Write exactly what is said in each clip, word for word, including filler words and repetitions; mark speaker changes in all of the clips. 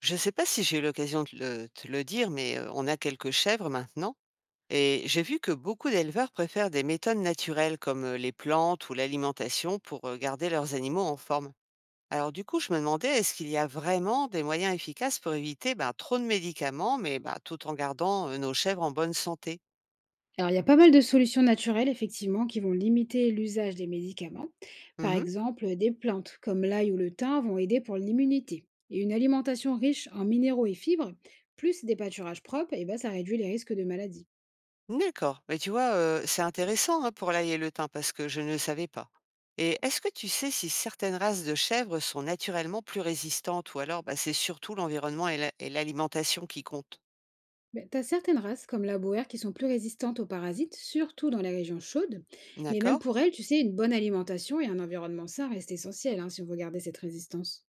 Speaker 1: Je ne sais pas si j'ai eu l'occasion de le te le dire, mais, heu, on a quelques chèvres maintenant et j'ai vu que beaucoup d'éleveurs préfèrent des méthodes naturelles comme, heu, les plantes ou l'alimentation pour, heu, garder leurs animaux en forme. Alors du coup, je me demandais, est-ce qu'il y a vraiment des moyens efficaces pour éviter, ben, trop de médicaments, mais, bah, tout en gardant, heu, nos chèvres en bonne santé?
Speaker 2: Alors, il y a pas mal de solutions naturelles, effectivement, qui vont limiter l'usage des médicaments. Par
Speaker 1: Mmh.
Speaker 2: exemple, des plantes comme l'ail ou le thym vont aider pour l'immunité. Et une alimentation riche en minéraux et fibres, plus des pâturages propres, et ben, ça réduit les risques de maladies.
Speaker 1: D'accord, mais tu vois, heu, c'est intéressant, hein, pour l'ail et le thym parce que je ne le savais pas. Et est-ce que tu sais si certaines races de chèvres sont naturellement plus résistantes ou alors, bah, c'est surtout l'environnement et l'a et l'alimentation qui comptent?
Speaker 2: Mais tu as certaines races, comme la boère, qui sont plus résistantes aux parasites, surtout dans les régions chaudes. Mais même
Speaker 1: D'accord,
Speaker 2: pour elles, tu sais, une bonne alimentation et un environnement sain restent essentiels, hein, si on veut garder cette résistance.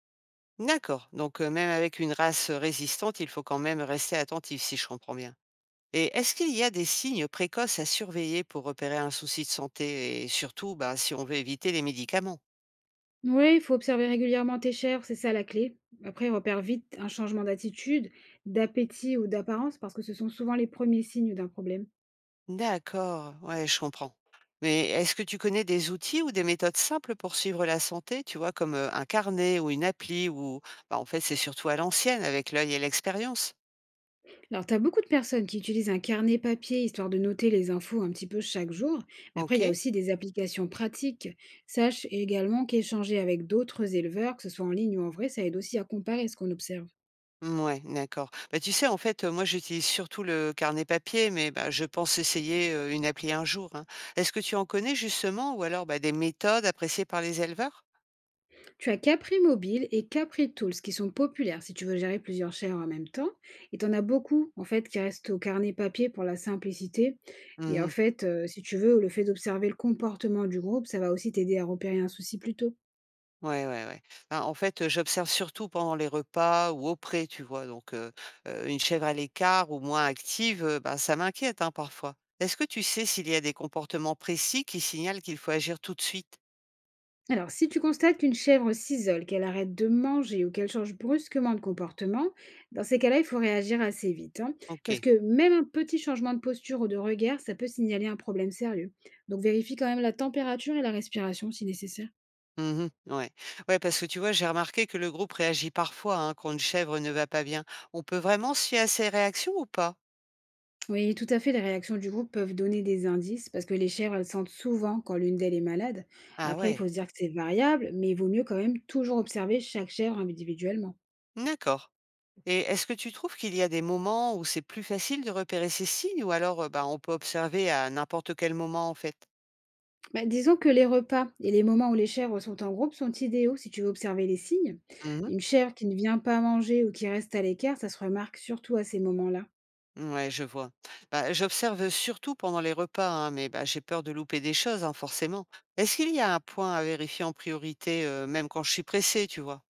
Speaker 1: d'accord, donc heu, même avec une race, heu, résistante, il faut quand même rester attentif si je comprends bien. Et est-ce qu'il y a des signes précoces à surveiller pour repérer un souci de santé et surtout, bah, si on veut éviter les médicaments?
Speaker 2: Oui, il faut observer régulièrement tes chèvres, c'est ça la clé. Après, repère vite un changement d'attitude, d'appétit ou d'apparence, parce que ce sont souvent les premiers signes d'un problème.
Speaker 1: D'accord, ouais, je comprends. Mais est-ce que tu connais des outils ou des méthodes simples pour suivre la santé, tu vois, comme euh, un carnet ou une appli ou bah, en fait c'est surtout à l'ancienne avec l'œil et l'expérience.
Speaker 2: Alors, tu as beaucoup de personnes qui utilisent un carnet papier, histoire de noter les infos un petit peu chaque jour. Mais après,
Speaker 1: Ok?
Speaker 2: il y a aussi des applications pratiques. Sache également qu'échanger avec d'autres éleveurs, que ce soit en ligne ou en vrai, ça aide aussi à comparer ce qu'on observe.
Speaker 1: Mmh, ouais, d'accord. Bah, tu sais, en fait, euh, moi j'utilise surtout le carnet papier, mais bah, je pense essayer euh, une appli un jour, hein. Est-ce que tu en connais justement, ou alors bah, des méthodes appréciées par les éleveurs?
Speaker 2: Tu as Capri Mobile et Capri Tools qui sont populaires si tu veux gérer plusieurs chaires en même temps. Et tu en as beaucoup en fait qui restent au carnet papier pour la simplicité. Et en fait, euh, si tu veux, le fait d'observer le comportement du groupe, ça va aussi t'aider à repérer un souci plus tôt.
Speaker 1: Ouais, ouais, ouais. Ben, en fait, heu, j'observe surtout pendant les repas ou auprès, tu vois? Donc heu heu, une chèvre à l'écart ou moins active, heu, ben, ça m'inquiète, hein, parfois. Est-ce que tu sais s'il y a des comportements précis qui signalent qu'il faut agir tout de suite?
Speaker 2: Alors, si tu constates qu'une chèvre s'isole, qu'elle arrête de manger ou qu'elle change brusquement de comportement, dans ces cas-là, il faut réagir assez vite, hein, parce
Speaker 1: OK.
Speaker 2: que même un petit changement de posture ou de regard, ça peut signaler un problème sérieux. Donc, vérifie quand même la température et la respiration si nécessaire.
Speaker 1: Mmh. Ouais. Ouais, parce que tu vois, j'ai remarqué que le groupe réagit parfois, hein, quand une chèvre ne va pas bien. On peut vraiment se fier à ses réactions ou pas?
Speaker 2: Oui, tout à fait, les réactions du groupe peuvent donner des indices parce que les chèvres, elles sentent souvent quand l'une d'elles est malade.
Speaker 1: Ah
Speaker 2: Après, il
Speaker 1: ouais,
Speaker 2: faut se dire que c'est variable, mais il vaut mieux quand même toujours observer chaque chèvre individuellement.
Speaker 1: d'accord. Et est-ce que tu trouves qu'il y a des moments où c'est plus facile de repérer ces signes ou alors, heu, ben, on peut observer à n'importe quel moment, en fait?
Speaker 2: Bah, disons que les repas et les moments où les chèvres sont en groupe sont idéaux si tu veux observer les signes.
Speaker 1: Mmh.
Speaker 2: Une chèvre qui ne vient pas manger ou qui reste à l'écart, ça se remarque surtout à ces moments-là.
Speaker 1: Ouais, je vois. Bah, j'observe surtout pendant les repas, hein, mais bah, j'ai peur de louper des choses, hein, forcément. Est-ce qu'il y a un point à vérifier en priorité, heu, même quand je suis pressée, tu vois?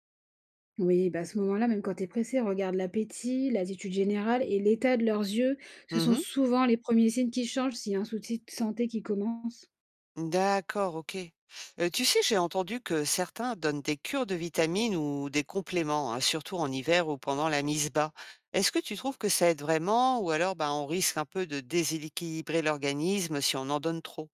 Speaker 2: Oui, bah à ce moment-là, même quand tu es pressé, regarde l'appétit, l'attitude générale et l'état de leurs yeux. Ce sont
Speaker 1: Mmh.
Speaker 2: souvent les premiers signes qui changent s'il y a un souci de santé qui commence.
Speaker 1: D'accord, OK. Heu, tu sais, j'ai entendu que certains donnent des cures de vitamines ou des compléments, hein, surtout en hiver ou pendant la mise bas. Est-ce que tu trouves que ça aide vraiment ou alors, bah, on risque un peu de déséquilibrer l'organisme si on en donne trop?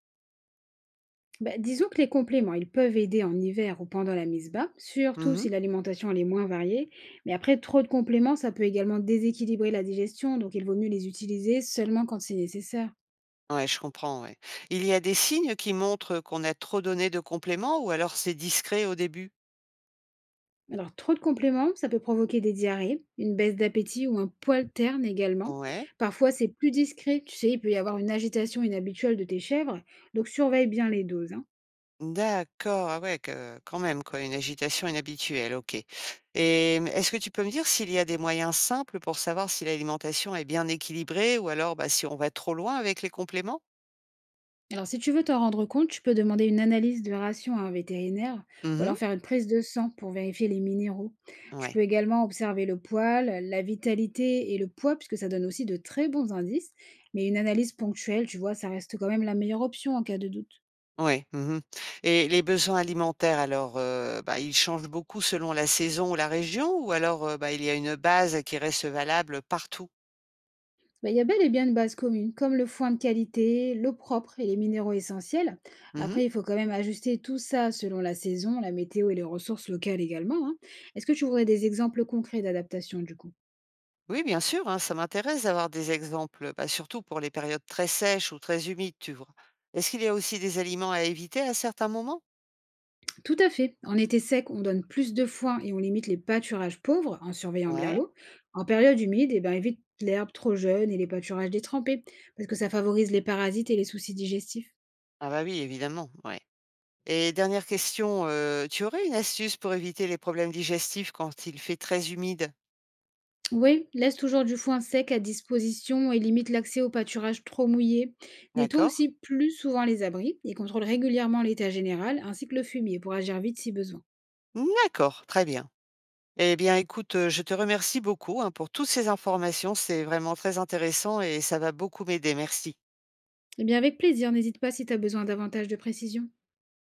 Speaker 2: Bah, disons que les compléments, ils peuvent aider en hiver ou pendant la mise bas, surtout
Speaker 1: Mmh.
Speaker 2: si l'alimentation elle est moins variée. Mais après, trop de compléments, ça peut également déséquilibrer la digestion, donc il vaut mieux les utiliser seulement quand c'est nécessaire.
Speaker 1: Ouais, je comprends, ouais. Il y a des signes qui montrent qu'on a trop donné de compléments ou alors c'est discret au début?
Speaker 2: Alors, trop de compléments, ça peut provoquer des diarrhées, une baisse d'appétit ou un poil terne également.
Speaker 1: Ouais.
Speaker 2: Parfois, c'est plus discret, tu sais, il peut y avoir une agitation inhabituelle de tes chèvres, donc surveille bien les doses, hein.
Speaker 1: D'accord, ah ouais, que- quand même, quoi, une agitation inhabituelle, ok. Et mmh, est-ce que tu peux me dire s'il y a des moyens simples pour savoir si l'alimentation est bien équilibrée ou alors bah, si on va trop loin avec les compléments?
Speaker 2: Alors, si tu veux t'en rendre compte, tu peux demander une analyse de ration à un vétérinaire ou
Speaker 1: Mhm.
Speaker 2: alors faire une prise de sang pour vérifier les minéraux. Tu peux
Speaker 1: Ouais,
Speaker 2: également observer le poil, la vitalité et le poids, puisque ça donne aussi de très bons indices. Mais une analyse ponctuelle, tu vois, ça reste quand même la meilleure option en cas de doute.
Speaker 1: ouais. Mhm. Et les besoins alimentaires, alors, euh, bah, ils changent beaucoup selon la saison ou la région ou alors euh, bah, il y a une base qui reste valable partout?
Speaker 2: Bah, il y a bel et bien une base commune, comme le foin de qualité, l'eau propre et les minéraux essentiels. Après, il faut quand même ajuster tout ça selon la saison, la météo et les ressources locales également, hein. Est-ce que tu voudrais des exemples concrets d'adaptation du coup?
Speaker 1: Oui, bien sûr, hein, ça m'intéresse d'avoir des exemples, bah, surtout pour les périodes très sèches ou très humides, tu vois. Est-ce qu'il y a aussi des aliments à éviter à certains moments?
Speaker 2: Tout à fait. En été sec, on donne plus de foin et on limite les pâturages pauvres en surveillant bien
Speaker 1: Ouais.
Speaker 2: l'eau. En période humide, eh ben, évite l'herbe trop jeune et les pâturages détrempés parce que ça favorise les parasites et les soucis digestifs.
Speaker 1: Ah bah oui, évidemment, ouais. Et dernière question, euh, tu aurais une astuce pour éviter les problèmes digestifs quand il fait très humide?
Speaker 2: Oui, laisse toujours du foin sec à disposition et limite l'accès aux pâturages trop mouillés. Nettoie
Speaker 1: D'accord?
Speaker 2: aussi plus souvent les abris et contrôle régulièrement l'état général ainsi que le fumier pour agir vite si besoin.
Speaker 1: D'accord, très bien. Eh bien, écoute, euh, je te remercie beaucoup, hein, pour toutes ces informations. C'est vraiment très intéressant et ça va beaucoup m'aider. Merci.
Speaker 2: Eh bien, avec plaisir, n'hésite pas si tu as besoin davantage de précision.